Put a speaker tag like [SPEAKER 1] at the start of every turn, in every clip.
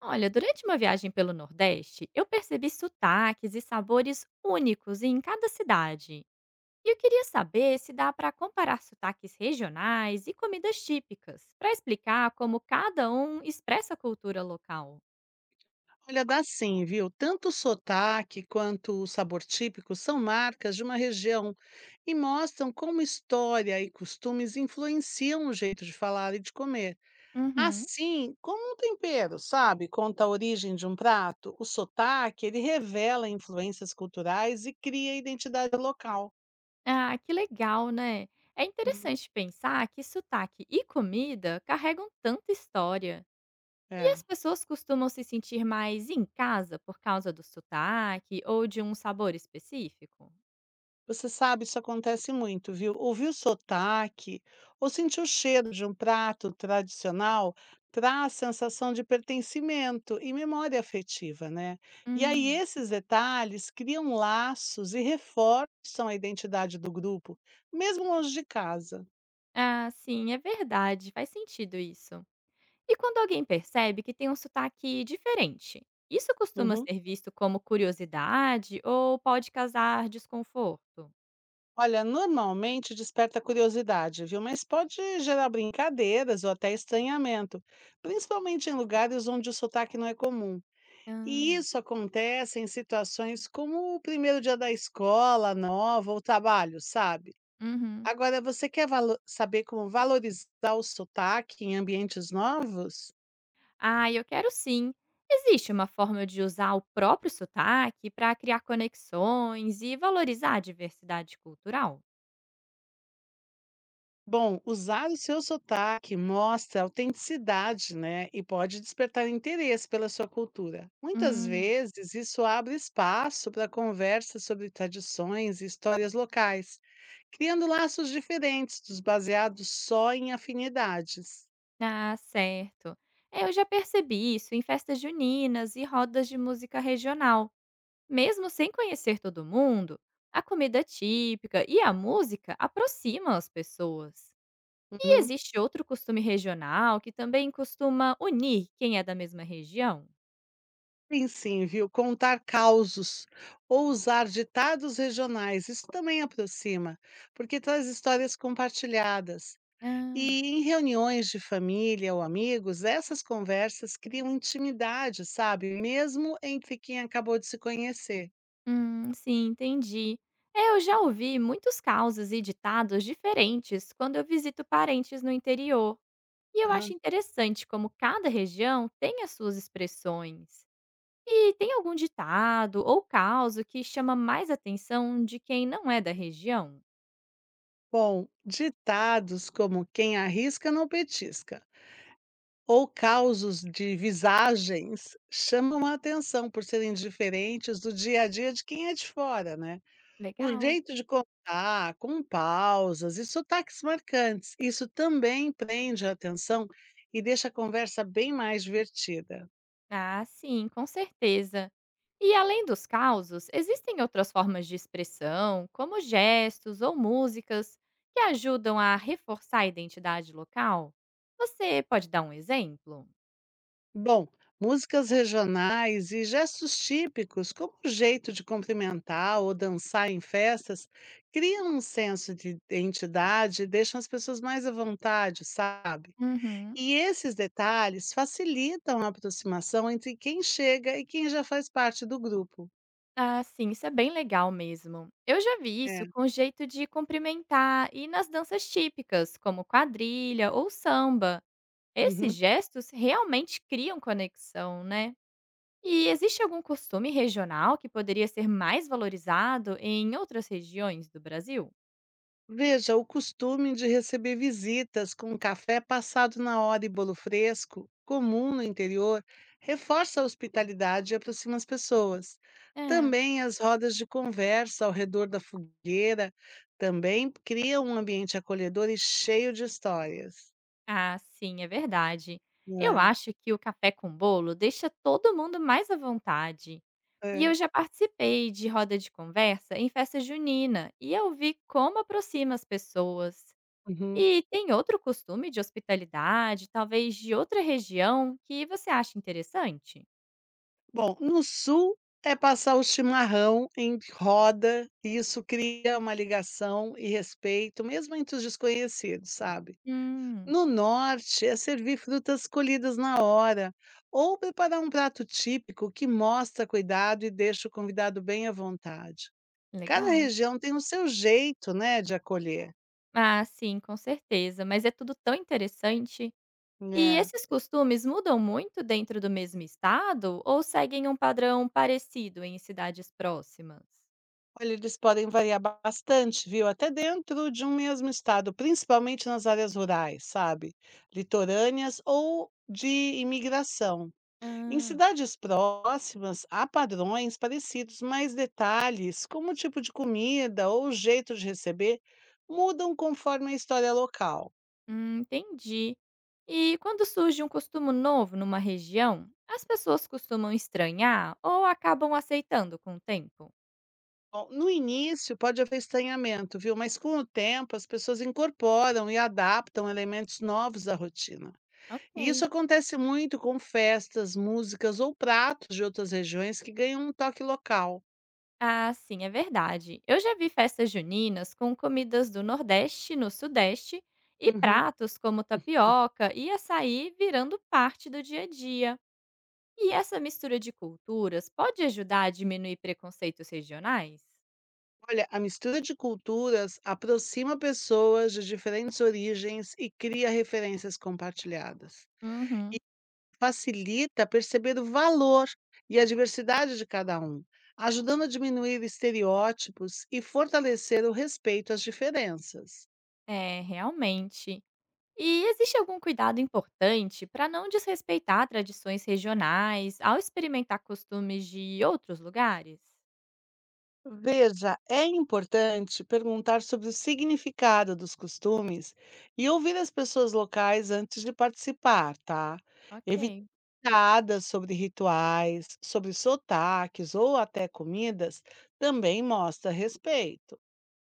[SPEAKER 1] Olha, durante uma viagem pelo Nordeste, eu percebi sotaques e sabores únicos em cada cidade. E eu queria saber se dá para comparar sotaques regionais e comidas típicas, para explicar como cada um expressa a cultura local.
[SPEAKER 2] Olha, dá sim, viu? Tanto o sotaque quanto o sabor típico são marcas de uma região e mostram como história e costumes influenciam o jeito de falar e de comer.
[SPEAKER 1] Uhum.
[SPEAKER 2] Assim, como um tempero, sabe? Conta a origem de um prato, o sotaque, ele revela influências culturais e cria identidade local.
[SPEAKER 1] Ah, que legal, né? É
[SPEAKER 2] Hum,
[SPEAKER 1] interessante pensar que sotaque e comida carregam tanta história. E
[SPEAKER 2] É.
[SPEAKER 1] as pessoas costumam se sentir mais em casa por causa do sotaque ou de um sabor específico?
[SPEAKER 2] Você sabe, isso acontece muito, viu? Ouvir o sotaque ou sentir o cheiro de um prato tradicional traz sensação de pertencimento e memória afetiva, né? E aí
[SPEAKER 1] Hum.
[SPEAKER 2] esses detalhes criam laços e reforçam a identidade do grupo, mesmo longe de casa.
[SPEAKER 1] Ah, sim, é verdade, faz sentido isso. E quando alguém percebe que tem um sotaque diferente, isso costuma
[SPEAKER 2] Uhum.
[SPEAKER 1] ser visto como curiosidade ou pode causar desconforto?
[SPEAKER 2] Olha, normalmente desperta curiosidade, viu? Mas pode gerar brincadeiras ou até estranhamento, principalmente em lugares onde o sotaque não é comum. E
[SPEAKER 1] Ah,
[SPEAKER 2] isso acontece em situações como o primeiro dia da escola nova ou trabalho, sabe?
[SPEAKER 1] Uhum.
[SPEAKER 2] Agora, você quer saber como valorizar o sotaque em ambientes novos?
[SPEAKER 1] Ah, eu quero sim. Existe uma forma de usar o próprio sotaque para criar conexões e valorizar a diversidade cultural?
[SPEAKER 2] Bom, usar o seu sotaque mostra autenticidade, né? E pode despertar interesse pela sua cultura. Muitas
[SPEAKER 1] Hum.
[SPEAKER 2] vezes, isso abre espaço para conversas sobre tradições e histórias locais criando laços diferentes dos baseados só em afinidades.
[SPEAKER 1] Ah, certo. É, eu já percebi isso em festas juninas e rodas de música regional. Mesmo sem conhecer todo mundo, a comida típica e a música aproximam as pessoas. E
[SPEAKER 2] Uhum.
[SPEAKER 1] existe outro costume regional que também costuma unir quem é da mesma região?
[SPEAKER 2] Sim, sim, viu? Contar causos ou usar ditados regionais, isso também aproxima, porque traz histórias compartilhadas.
[SPEAKER 1] Ah,
[SPEAKER 2] E em reuniões de família ou amigos, essas conversas criam intimidade, sabe? Mesmo entre quem acabou de se conhecer.
[SPEAKER 1] sim, entendi. É, eu já ouvi muitos causos e ditados diferentes quando eu visito parentes no interior. E eu acho
[SPEAKER 2] Aham.
[SPEAKER 1] interessante como cada região tem as suas expressões. E tem algum ditado ou causo que chama mais atenção de quem não é da região?
[SPEAKER 2] Bom, ditados como quem arrisca não petisca ou causos de visagens chamam a atenção por serem diferentes do dia a dia de quem é de fora, né? O
[SPEAKER 1] Legal.
[SPEAKER 2] jeito de contar, com pausas e sotaques marcantes, isso também prende a atenção e deixa a conversa bem mais divertida.
[SPEAKER 1] Ah, sim, com certeza. E além dos causos, existem outras formas de expressão, como gestos ou músicas, que ajudam a reforçar a identidade local? Você pode dar um exemplo?
[SPEAKER 2] Bom, músicas regionais e gestos típicos, como o jeito de cumprimentar ou dançar em festas, criam um senso de identidade e deixam as pessoas mais à vontade, sabe?
[SPEAKER 1] Uhum.
[SPEAKER 2] E esses detalhes facilitam a aproximação entre quem chega e quem já faz parte do grupo.
[SPEAKER 1] Ah, sim, isso é bem legal mesmo. Eu já vi isso
[SPEAKER 2] É.
[SPEAKER 1] com o jeito de cumprimentar e nas danças típicas, como quadrilha ou samba. Esses
[SPEAKER 2] Uhum.
[SPEAKER 1] gestos realmente criam conexão, né? E existe algum costume regional que poderia ser mais valorizado em outras regiões do Brasil?
[SPEAKER 2] Veja, o costume de receber visitas com café passado na hora e bolo fresco, comum no interior, reforça a hospitalidade e aproxima as pessoas.
[SPEAKER 1] É.
[SPEAKER 2] Também as rodas de conversa ao redor da fogueira também criam um ambiente acolhedor e cheio de histórias.
[SPEAKER 1] Ah, sim, é verdade. Eu
[SPEAKER 2] É,
[SPEAKER 1] acho que o café com bolo deixa todo mundo mais à vontade. E
[SPEAKER 2] é.
[SPEAKER 1] eu já participei de roda de conversa em festa junina e eu vi como aproxima as pessoas.
[SPEAKER 2] Uhum.
[SPEAKER 1] E tem outro costume de hospitalidade, talvez de outra região, que você acha interessante?
[SPEAKER 2] Bom, no sul é passar o chimarrão em roda, e isso cria uma ligação e respeito, mesmo entre os desconhecidos, sabe?
[SPEAKER 1] Hum,
[SPEAKER 2] No norte, é servir frutas colhidas na hora, ou preparar um prato típico que mostra cuidado e deixa o convidado bem à vontade. Cada
[SPEAKER 1] legal.
[SPEAKER 2] região tem o seu jeito, né, de acolher.
[SPEAKER 1] Ah, sim, com certeza, mas é tudo tão interessante. E
[SPEAKER 2] É.
[SPEAKER 1] esses costumes mudam muito dentro do mesmo estado ou seguem um padrão parecido em cidades próximas?
[SPEAKER 2] Olha, eles podem variar bastante, viu? Até dentro de um mesmo estado, principalmente nas áreas rurais, sabe? Litorâneas ou de imigração. Em
[SPEAKER 1] Ah,
[SPEAKER 2] cidades próximas, há padrões parecidos, mas detalhes, como o tipo de comida ou o jeito de receber, mudam conforme a história local.
[SPEAKER 1] entendi. E quando surge um costume novo numa região, as pessoas costumam estranhar ou acabam aceitando com o tempo?
[SPEAKER 2] Bom, no início pode haver estranhamento, viu? Mas com o tempo as pessoas incorporam e adaptam elementos novos à rotina. E isso
[SPEAKER 1] Ok.
[SPEAKER 2] acontece muito com festas, músicas ou pratos de outras regiões que ganham um toque local.
[SPEAKER 1] Ah, sim, é verdade. Eu já vi festas juninas com comidas do Nordeste no Sudeste e
[SPEAKER 2] Uhum.
[SPEAKER 1] pratos como tapioca e açaí virando parte do dia a dia. E essa mistura de culturas pode ajudar a diminuir preconceitos regionais?
[SPEAKER 2] Olha, a mistura de culturas aproxima pessoas de diferentes origens e cria referências compartilhadas. E
[SPEAKER 1] Uhum,
[SPEAKER 2] facilita perceber o valor e a diversidade de cada um, ajudando a diminuir estereótipos e fortalecer o respeito às diferenças.
[SPEAKER 1] é, realmente. E existe algum cuidado importante para não desrespeitar tradições regionais ao experimentar costumes de outros lugares?
[SPEAKER 2] Veja, é importante perguntar sobre o significado dos costumes e ouvir as pessoas locais antes de participar, tá? Evitar
[SPEAKER 1] Ok.
[SPEAKER 2] piadas sobre rituais, sobre sotaques ou até comidas também mostra respeito.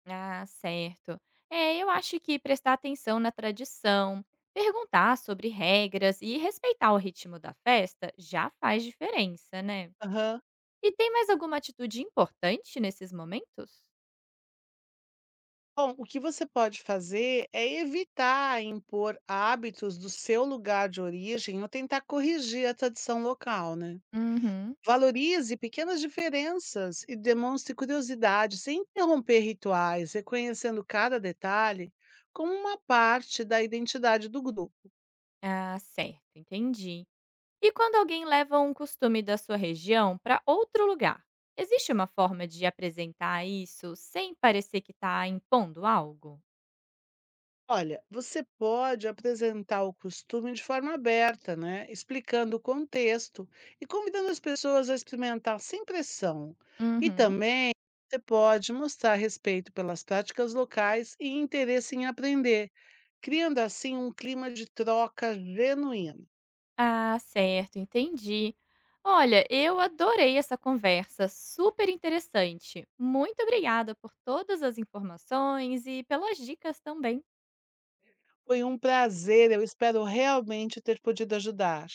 [SPEAKER 1] Ah, certo. É, eu acho que prestar atenção na tradição, perguntar sobre regras e respeitar o ritmo da festa já faz diferença, né?
[SPEAKER 2] Aham.
[SPEAKER 1] E tem mais alguma atitude importante nesses momentos?
[SPEAKER 2] Bom, o que você pode fazer é evitar impor hábitos do seu lugar de origem ou tentar corrigir a tradição local, né?
[SPEAKER 1] Uhum.
[SPEAKER 2] Valorize pequenas diferenças e demonstre curiosidade sem interromper rituais, reconhecendo cada detalhe como uma parte da identidade do grupo.
[SPEAKER 1] Ah, certo, entendi. E quando alguém leva um costume da sua região para outro lugar, existe uma forma de apresentar isso sem parecer que está impondo algo?
[SPEAKER 2] Olha, você pode apresentar o costume de forma aberta, né? Explicando o contexto e convidando as pessoas a experimentar sem pressão. E
[SPEAKER 1] Uhum.
[SPEAKER 2] também você pode mostrar respeito pelas práticas locais e interesse em aprender, criando assim um clima de troca genuíno.
[SPEAKER 1] Ah, certo, entendi. Olha, eu adorei essa conversa, super interessante. Muito obrigada por todas as informações e pelas dicas também.
[SPEAKER 2] Foi um prazer, eu espero realmente ter podido ajudar.